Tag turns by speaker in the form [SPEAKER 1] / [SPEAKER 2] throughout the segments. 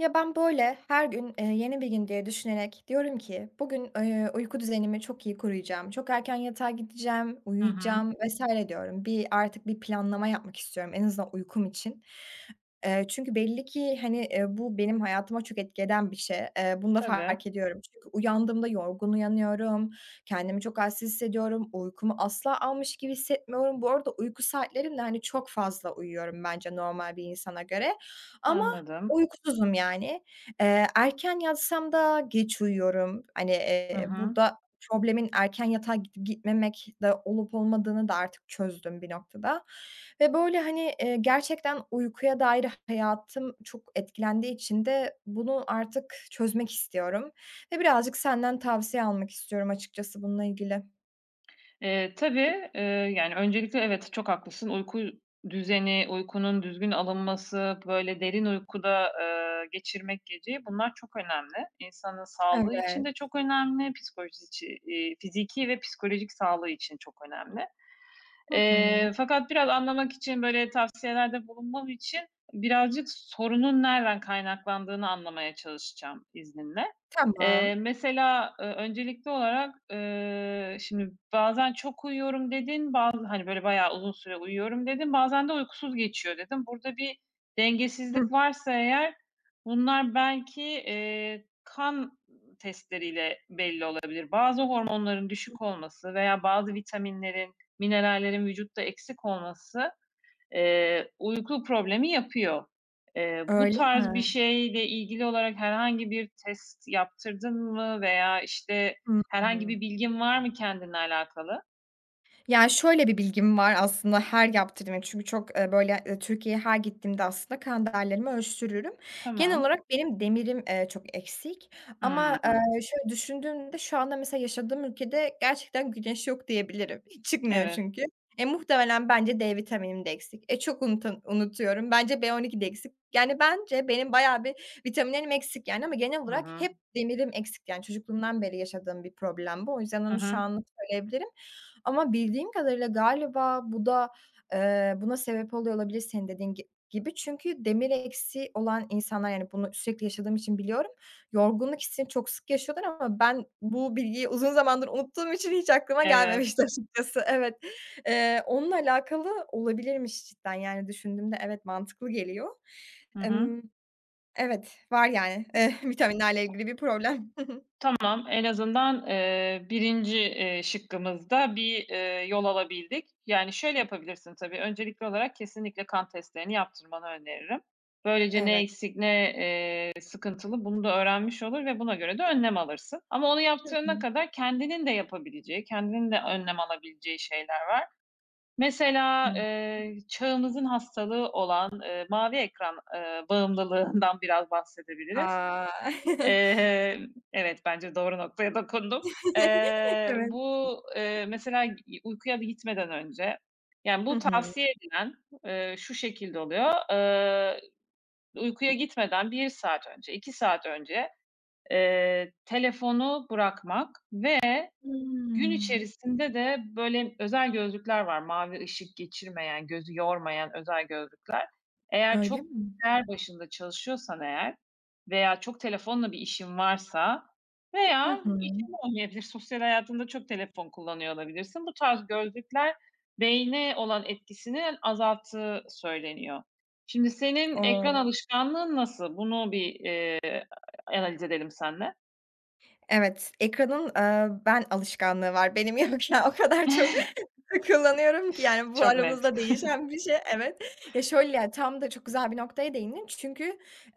[SPEAKER 1] Ya, ben, böyle, her gün, yeni bir gün diye düşünerek diyorum ki bugün, uyku düzenimi çok iyi kuracağım, çok erken yatağa gideceğim,
[SPEAKER 2] Hı hı.
[SPEAKER 1] uyuyacağım vesaire diyorum. Artık bir planlama yapmak istiyorum en azından uykum için. Çünkü belli ki, hani, bu benim hayatıma çok etki eden bir şey. Bunu da
[SPEAKER 2] Tabii,
[SPEAKER 1] fark ediyorum. Çünkü uyandığımda yorgun uyanıyorum, kendimi çok halsiz hissediyorum, uykumu asla almış gibi hissetmiyorum. Bu arada uyku saatlerim de, hani, çok fazla uyuyorum bence normal bir insana göre ama
[SPEAKER 2] anladım.
[SPEAKER 1] uykusuzum yani. Erken yatsam da geç uyuyorum. Hani,
[SPEAKER 2] Hı hı.
[SPEAKER 1] burada problemin erken yatağa gidip gitmemek de olup olmadığını da artık çözdüm bir noktada ve böyle, hani, gerçekten uykuya dair hayatım çok etkilendiği için de bunu artık çözmek istiyorum ve birazcık senden tavsiye almak istiyorum açıkçası bununla ilgili.
[SPEAKER 2] Tabii, yani, öncelikle evet, çok haklısın. Uyku düzeni, uykunun düzgün alınması, böyle derin uykuda, geçirmek geceyi bunlar çok önemli. İnsanın sağlığı için
[SPEAKER 1] Evet.
[SPEAKER 2] de çok önemli, psikolojisi fiziki ve psikolojik sağlığı için çok önemli.
[SPEAKER 1] Hı hı.
[SPEAKER 2] Fakat biraz anlamak için, böyle tavsiyelerde bulunmam için birazcık sorunun nereden kaynaklandığını anlamaya çalışacağım izninle. Eee,
[SPEAKER 1] Tamam.
[SPEAKER 2] mesela, öncelikli olarak, şimdi bazen çok uyuyorum dedin, bazı, hani, böyle, bayağı uzun süre uyuyorum dedin, bazen de uykusuz geçiyor dedin. Burada bir
[SPEAKER 1] Hı
[SPEAKER 2] dengesizlik varsa eğer bunlar belki, kan testleriyle belli olabilir. Bazı hormonların
[SPEAKER 1] hı.
[SPEAKER 2] düşük olması veya bazı vitaminlerin, minerallerin vücutta eksik olması uyku problemi yapıyor. Bu
[SPEAKER 1] Öyle
[SPEAKER 2] tarz
[SPEAKER 1] mi?
[SPEAKER 2] bir şeyle ilgili olarak herhangi bir test yaptırdın mı veya, işte,
[SPEAKER 1] Hı
[SPEAKER 2] herhangi
[SPEAKER 1] hı.
[SPEAKER 2] bir bilgin var mı kendinle alakalı?
[SPEAKER 1] Yani, şöyle bir bilgim var aslında her yaptırdığım çünkü çok, böyle, Türkiye'ye her gittiğimde aslında kan değerlerimi ölçtürürüm. Genel
[SPEAKER 2] Tamam.
[SPEAKER 1] olarak benim demirim, çok eksik ama,
[SPEAKER 2] Hımm.
[SPEAKER 1] şöyle düşündüğümde şu anda mesela yaşadığım ülkede gerçekten güneş yok diyebilirim. Hiç çıkmıyor
[SPEAKER 2] Evet.
[SPEAKER 1] çünkü. Muhtemelen bence D vitaminim de eksik. Çok unutuyorum. Bence B12 de eksik. Yani, bence benim bayağı bir vitaminlerim eksik, yani, ama genel
[SPEAKER 2] Hı
[SPEAKER 1] olarak
[SPEAKER 2] hı.
[SPEAKER 1] hep demirim eksik, yani, çocukluğumdan beri yaşadığım bir problem bu. O yüzden
[SPEAKER 2] Hı
[SPEAKER 1] onu şu
[SPEAKER 2] hı.
[SPEAKER 1] anlık söyleyebilirim. Ama bildiğim kadarıyla galiba bu da, buna sebep oluyor olabilir senin dediğin gibi. Çünkü demir eksiği olan insanlar, yani, bunu sürekli yaşadığım için biliyorum, yorgunluk hissini çok sık yaşıyorlar ama ben bu bilgiyi uzun zamandır unuttuğum için hiç aklıma
[SPEAKER 2] Evet.
[SPEAKER 1] gelmemişti açıkçası. Evet, onunla alakalı olabilirmiş cidden. Yani, düşündüğümde evet, mantıklı geliyor.
[SPEAKER 2] Hı hı.
[SPEAKER 1] Emm, evet, var yani, vitaminlerle ilgili bir problem. Hı
[SPEAKER 2] Tamam, en azından, 1'inci, şıkkımızda bir, yol alabildik. Yani, şöyle
[SPEAKER 1] hı.
[SPEAKER 2] yapabilirsin tabii, öncelikli olarak kesinlikle kan testlerini yaptırmanı öneririm. Böylece ne
[SPEAKER 1] Evet.
[SPEAKER 2] eksik, ne, sıkıntılı bunu da öğrenmiş olur ve buna göre de önlem alırsın. Ama onu
[SPEAKER 1] Hı
[SPEAKER 2] yaptırana
[SPEAKER 1] hı.
[SPEAKER 2] kadar kendinin de yapabileceği, kendinin de önlem alabileceği şeyler var. Mesela,
[SPEAKER 1] Hımm.
[SPEAKER 2] çağımızın hastalığı olan, mavi ekran, bağımlılığından biraz bahsedebiliriz. Eee, evet, bence doğru noktaya dokundum. Eee,
[SPEAKER 1] Evet.
[SPEAKER 2] bu, mesela uykuya gitmeden önce, yani,
[SPEAKER 1] Hı
[SPEAKER 2] bu
[SPEAKER 1] hı.
[SPEAKER 2] tavsiye edilen, şu şekilde oluyor: Uykuya gitmeden bir saat önce, 2 saat önce, telefonu bırakmak. Gün
[SPEAKER 1] Hımm.
[SPEAKER 2] içerisinde de böyle özel gözlükler var. Mavi ışık geçirmeyen, gözü yormayan özel gözlükler. Eğer
[SPEAKER 1] Öyle
[SPEAKER 2] çok
[SPEAKER 1] mi?
[SPEAKER 2] bilgisayar başında çalışıyorsan eğer veya çok telefonla bir işin varsa
[SPEAKER 1] Hı
[SPEAKER 2] veya
[SPEAKER 1] hı.
[SPEAKER 2] işin olmayabilir, sosyal hayatında çok telefon kullanıyor olabilirsin. Bu tarz gözlükler beyne olan etkisini azalttığı söyleniyor. Şimdi senin ekran
[SPEAKER 1] O!
[SPEAKER 2] alışkanlığın nasıl? Bunu bir, analiz edelim seninle.
[SPEAKER 1] Evet, ekranın, ben alışkanlığı var. Benim yok ya. O kadar çok kullanıyorum ki yani bu
[SPEAKER 2] Çok net.
[SPEAKER 1] aramızda değişen bir şey. Evet. Ya, şöyle, yani tam da çok güzel bir noktaya değindin. Çünkü,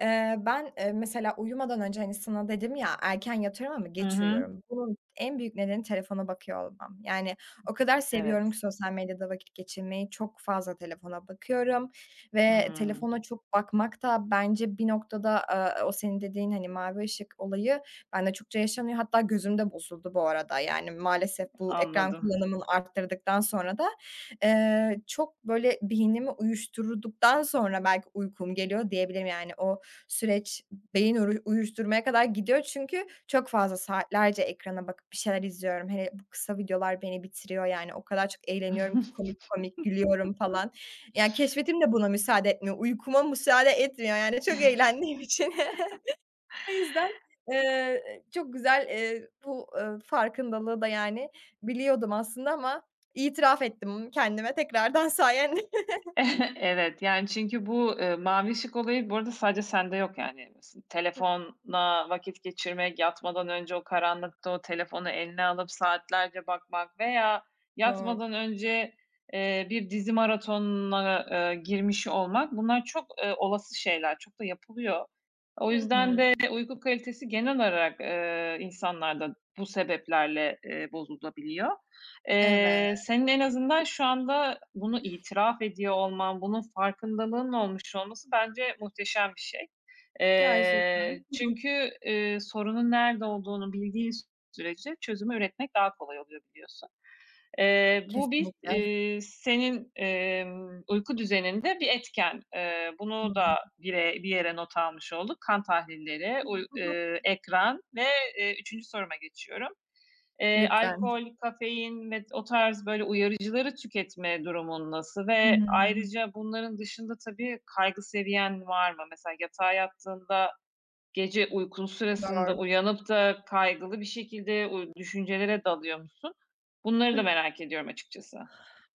[SPEAKER 1] ben, mesela uyumadan önce, hani, sana dedim ya, erken yatıyorum ama
[SPEAKER 2] Hı
[SPEAKER 1] geç
[SPEAKER 2] hı.
[SPEAKER 1] uyuyorum. Bunun en büyük nedeni telefona bakıyor olmam. Yani o kadar seviyorum ki
[SPEAKER 2] Evet.
[SPEAKER 1] sosyal medyada vakit geçirmeyi. Çok fazla telefona bakıyorum ve
[SPEAKER 2] Hımm,
[SPEAKER 1] telefona çok bakmak da bence bir noktada, o senin dediğin, hani, mavi ışık olayı bende çokça yaşanıyor. Hatta gözümde bozuldu bu arada. Yani maalesef bu ekran
[SPEAKER 2] anladım.
[SPEAKER 1] kullanımını arttırdıktan sonra da, çok böyle beynimi uyuşturduktan sonra belki uykum geliyor diyebilirim. Yani o süreç beyin uyuşturmaya kadar gidiyor çünkü çok fazla saatlerce ekrana bakıp bir şeyler izliyorum. Hele bu kısa videolar beni bitiriyor yani. O kadar çok eğleniyorum ki komik komik gülüyorum falan. Yani keşfetim de buna müsaade etmiyor. Uykuma müsaade etmiyor yani çok eğlendiğim için. O yüzden, çok güzel, bu, farkındalığı da, yani, biliyordum aslında ama itiraf ettim kendime tekrardan sayende.
[SPEAKER 2] Evet, yani, çünkü bu, mavi ışık olayı bu arada sadece sende yok, yani. Telefonla vakit geçirmek, yatmadan önce o karanlıkta o telefonu eline alıp saatlerce bakmak veya
[SPEAKER 1] Çok.
[SPEAKER 2] yatmadan önce, bir dizi maratonuna, girmiş olmak bunlar çok, olası şeyler, çok da yapılıyor. O
[SPEAKER 1] Hı
[SPEAKER 2] yüzden
[SPEAKER 1] hı.
[SPEAKER 2] de uyku kalitesi genel olarak, insanlarda bu sebeplerle, bozulabiliyor.
[SPEAKER 1] Evet.
[SPEAKER 2] Senin en azından şu anda bunu itiraf ediyor olman, bunun farkındalığının olmuş olması bence muhteşem bir şey. Eee,
[SPEAKER 1] Gerçekten. Hı hı.
[SPEAKER 2] çünkü, sorunun nerede olduğunu bildiğin sürece çözümü üretmek daha kolay oluyor biliyorsun. Bu bir,
[SPEAKER 1] Kesinlikle.
[SPEAKER 2] senin, uyku düzeninde bir etken. Eee,
[SPEAKER 1] Hı hı.
[SPEAKER 2] bunu da bire bir yere not almış olduk. Kan tahlilleri, uy ekran ve, 3. soruma geçiyorum. Eee,
[SPEAKER 1] Lütfen.
[SPEAKER 2] alkol, kafein ve o tarz böyle uyarıcıları tüketme durumun nasıl ve
[SPEAKER 1] Hımm.
[SPEAKER 2] ayrıca bunların dışında tabii kaygı seviyen var mı? Mesela yatağa yattığında gece uykun sırasında
[SPEAKER 1] Doğru.
[SPEAKER 2] uyanıp da kaygılı bir şekilde düşüncelere dalıyor musun? Bunları da
[SPEAKER 1] Hı.
[SPEAKER 2] merak ediyorum açıkçası.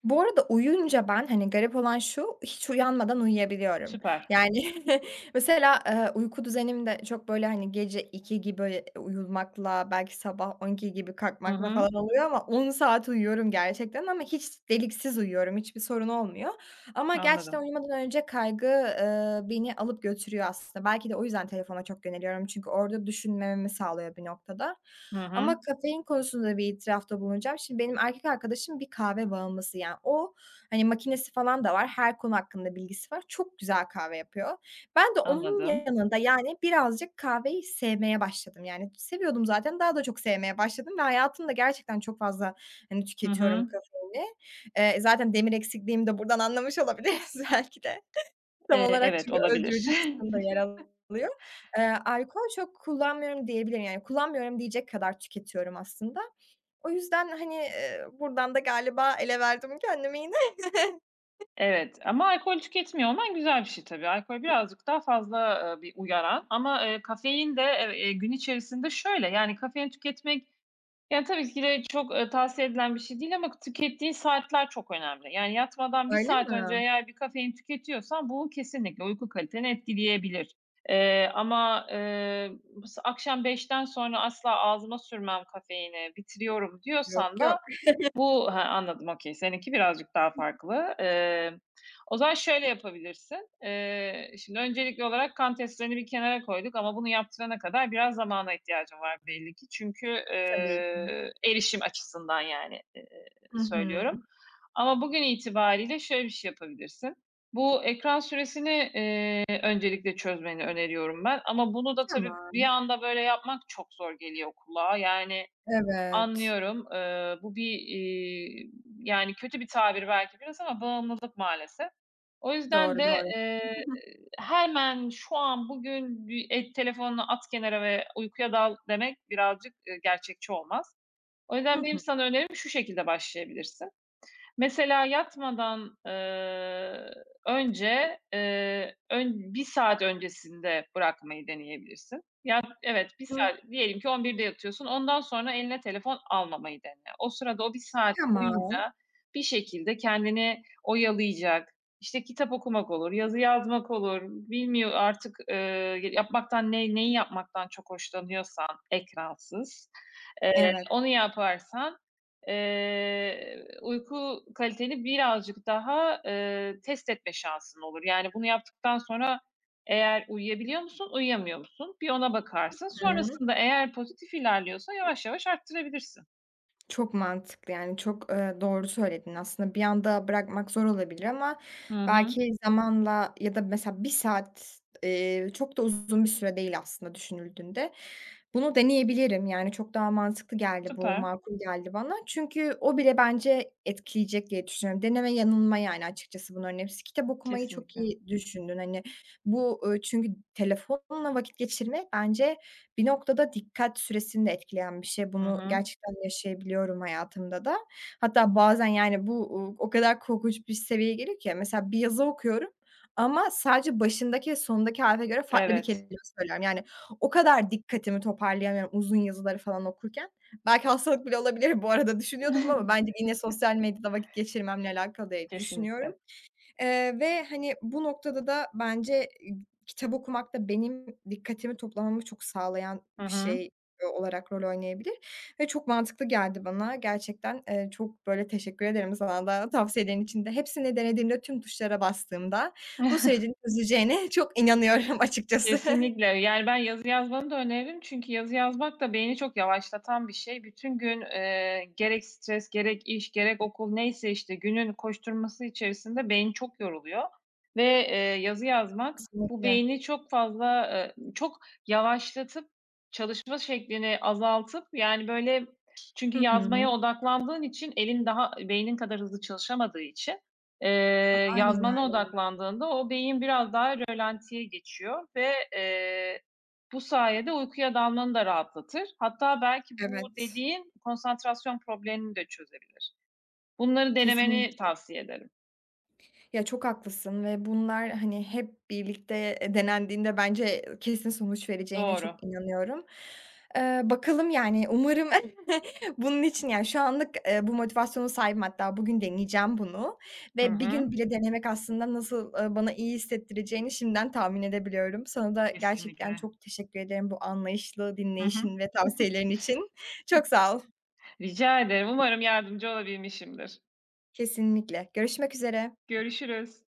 [SPEAKER 1] Bu arada uyuyunca ben, hani, garip olan şu, hiç uyanmadan uyuyabiliyorum.
[SPEAKER 2] Süper.
[SPEAKER 1] Yani mesela, uyku düzenim de çok, böyle, hani, gece iki gibi uyumakla, belki sabah 12.00 gibi
[SPEAKER 2] Hı
[SPEAKER 1] kalkmakla
[SPEAKER 2] hı.
[SPEAKER 1] falan oluyor ama 10 saat uyuyorum gerçekten ama hiç deliksiz uyuyorum, hiçbir sorun olmuyor. Ama gerçekten
[SPEAKER 2] Anladım.
[SPEAKER 1] uyumadan önce kaygı, beni alıp götürüyor aslında. Belki de o yüzden telefona çok yöneliyorum çünkü orada düşünmemi sağlıyor bir noktada.
[SPEAKER 2] Hı
[SPEAKER 1] Ama
[SPEAKER 2] hı.
[SPEAKER 1] kafein konusunda bir itirafta bulunacağım. Şimdi benim erkek arkadaşım bir kahve bağımlısı yani. O, hani, makinesi falan da var. Her konu hakkında bilgisi var. Çok güzel kahve yapıyor. Ben de onun
[SPEAKER 2] Anladım.
[SPEAKER 1] yanında, yani, birazcık kahveyi sevmeye başladım. Yani, seviyordum zaten, daha da çok sevmeye başladım ve hayatımda gerçekten çok fazla, hani,
[SPEAKER 2] Hı
[SPEAKER 1] tüketiyorum
[SPEAKER 2] hı.
[SPEAKER 1] kafeini. Zaten demir eksikliğimi de buradan anlamış olabiliriz belki de. Tam olarak
[SPEAKER 2] Evet,
[SPEAKER 1] çünkü
[SPEAKER 2] olabilir.
[SPEAKER 1] öldürücü kısım yer alıyor. Alkol çok kullanmıyorum diyebilirim. Yani kullanmıyorum diyecek kadar tüketiyorum aslında. O yüzden, hani, buradan da galiba ele verdim kendimi yine.
[SPEAKER 2] Evet ama alkol tüketmiyor olman güzel bir şey tabii. Alkol birazcık daha fazla, bir uyaran ama, kafein de, gün içerisinde şöyle, yani, kafein tüketmek, yani, tabii ki de çok, tavsiye edilen bir şey değil ama tükettiğin saatler çok önemli. Yani, yatmadan bir
[SPEAKER 1] Öyle
[SPEAKER 2] saat önce
[SPEAKER 1] mi?
[SPEAKER 2] eğer bir kafein tüketiyorsan bu kesinlikle uyku kaliteni etkileyebilir. Ama, akşam beşten sonra asla ağzıma sürmem kafeini, bitiriyorum
[SPEAKER 1] Yok,
[SPEAKER 2] diyorsan
[SPEAKER 1] yok.
[SPEAKER 2] da, ha, anladım, okay. Seninki birazcık daha farklı. O zaman şöyle yapabilirsin. Şimdi öncelikli olarak kan testlerini bir kenara koyduk ama bunu yaptırana kadar biraz zamana ihtiyacım var belli ki. Çünkü,
[SPEAKER 1] Tabii ki.
[SPEAKER 2] erişim açısından yani,
[SPEAKER 1] Hı hı.
[SPEAKER 2] söylüyorum. Ama bugün itibariyle şöyle bir şey yapabilirsin. Bu ekran süresini, öncelikle çözmeni öneriyorum ben ama bunu da tabii bir
[SPEAKER 1] Tamam.
[SPEAKER 2] anda böyle yapmak çok zor geliyor kulağa. Yani,
[SPEAKER 1] Evet.
[SPEAKER 2] anlıyorum. Bu bir, yani, kötü bir tabir belki biraz ama bağımlılık maalesef. O yüzden
[SPEAKER 1] Doğru,
[SPEAKER 2] de,
[SPEAKER 1] doğru.
[SPEAKER 2] eee,
[SPEAKER 1] Hı hı.
[SPEAKER 2] hemen şu an, bugün bir el telefonunu at kenara ve uykuya dal demek birazcık, gerçekçi olmaz. O
[SPEAKER 1] Hı
[SPEAKER 2] yüzden benim
[SPEAKER 1] hı.
[SPEAKER 2] sana önerim şu şekilde başlayabilirsin. Mesela yatmadan, önce, 1 saat öncesinde bırakmayı deneyebilirsin. Ya, evet, bir
[SPEAKER 1] Hı.
[SPEAKER 2] saat diyelim ki 11'de yatıyorsun, ondan sonra eline telefon almamayı dene. O sırada o bir saat
[SPEAKER 1] Tamam.
[SPEAKER 2] boyunca bir şekilde kendini oyalayacak, İşte kitap okumak olur, yazı yazmak olur, bilmiyor artık, yapmaktan neyi yapmaktan çok hoşlanıyorsan ekransız,
[SPEAKER 1] Evet.
[SPEAKER 2] onu yaparsan uyku kaliteni birazcık daha, test etme şansın olur. Yani bunu yaptıktan sonra eğer uyuyabiliyor musun, uyuyamıyor musun? Bir ona bakarsın. Anladım.
[SPEAKER 1] Hı.
[SPEAKER 2] Sonrasında eğer pozitif ilerliyorsa yavaş yavaş arttırabilirsin.
[SPEAKER 1] Çok mantıklı, yani, çok, doğru söyledin aslında. Bir anda bırakmak zor olabilir ama
[SPEAKER 2] Hı hı.
[SPEAKER 1] belki zamanla ya da mesela bir saat, çok da uzun bir süre değil aslında düşünüldüğünde. Bunu deneyebilirim, yani, çok daha mantıklı geldi bu,
[SPEAKER 2] Süper.
[SPEAKER 1] makul geldi bana. Çünkü o bile bence etkileyecek diye düşünüyorum. Deneme yanılma, yani, açıkçası bunların hepsi. Kitap okumayı çok
[SPEAKER 2] Kesinlikle.
[SPEAKER 1] iyi düşündün. Hani, bu, çünkü telefonla vakit geçirmek bence bir noktada dikkat süresini de etkileyen bir şey.
[SPEAKER 2] Hı
[SPEAKER 1] Bunu
[SPEAKER 2] hı.
[SPEAKER 1] gerçekten yaşayabiliyorum hayatımda da. Hatta bazen, yani, bu, o kadar korkunç bir seviyeye geliyor ki mesela bir yazı okuyorum ama sadece başındaki ve sonundaki harfe göre farklı bir
[SPEAKER 2] Evet.
[SPEAKER 1] kelime söylerim. Yani, o kadar dikkatimi toparlayamıyorum uzun yazıları falan okurken. Belki hastalık bile olabilir bu arada düşünüyordum ama bence yine sosyal medyada vakit geçirmemle alakalı diye düşünüyorum.
[SPEAKER 2] Kesinlikle.
[SPEAKER 1] Ve, hani, bu noktada da bence kitap okumak da benim dikkatimi toplamamı çok sağlayan
[SPEAKER 2] Hı
[SPEAKER 1] bir
[SPEAKER 2] hı.
[SPEAKER 1] şey, olarak rol oynayabilir ve çok mantıklı geldi bana. Gerçekten, çok, böyle, teşekkür ederim sana da tavsiyelerin için de. Hepsini denediğimde, tüm tuşlara bastığımda bu sürecin çözeceğine çok inanıyorum açıkçası.
[SPEAKER 2] Kesinlikle. Yani, ben yazı yazmanı da öneririm çünkü yazı yazmak da beyni çok yavaşlatan bir şey. Bütün gün, gerek stres, gerek iş, gerek okul neyse, işte, günün koşturması içerisinde beyin çok yoruluyor ve, yazı yazmak bu
[SPEAKER 1] Kesinlikle.
[SPEAKER 2] beyni çok fazla, çok yavaşlatıp, çalışma şeklini azaltıp, yani, böyle çünkü
[SPEAKER 1] Hı
[SPEAKER 2] yazmaya
[SPEAKER 1] hı.
[SPEAKER 2] odaklandığın için elin daha beynin kadar hızlı çalışamadığı için,
[SPEAKER 1] Aynen
[SPEAKER 2] yazmana
[SPEAKER 1] öyle.
[SPEAKER 2] odaklandığında o beyin biraz daha rölantiye geçiyor ve, bu sayede uykuya dalmanı da rahatlatır. Hatta belki bu
[SPEAKER 1] Evet.
[SPEAKER 2] dediğin konsantrasyon problemini de çözebilir. Bunları denemeni
[SPEAKER 1] Kesinlikle.
[SPEAKER 2] tavsiye ederim.
[SPEAKER 1] Ya, çok haklısın ve bunlar, hani, hep birlikte, denendiğinde bence kesin sonuç vereceğine
[SPEAKER 2] Doğru.
[SPEAKER 1] çok inanıyorum. Bakalım, yani, umarım bunun için, yani, şu anlık, bu motivasyonu sahibim hatta bugün deneyeceğim bunu
[SPEAKER 2] Hı
[SPEAKER 1] ve bir gün
[SPEAKER 2] hı.
[SPEAKER 1] bile denemek aslında nasıl, bana iyi hissettireceğini şimdiden tahmin edebiliyorum. Sana da gerçekten
[SPEAKER 2] Kesinlikle.
[SPEAKER 1] çok teşekkür ederim bu anlayışlı
[SPEAKER 2] Hı
[SPEAKER 1] dinleyişin
[SPEAKER 2] hı.
[SPEAKER 1] ve tavsiyelerin için. Çok sağ ol.
[SPEAKER 2] Rica ederim. Umarım yardımcı olabilmişimdir.
[SPEAKER 1] Kesinlikle. Görüşmek üzere.
[SPEAKER 2] Görüşürüz.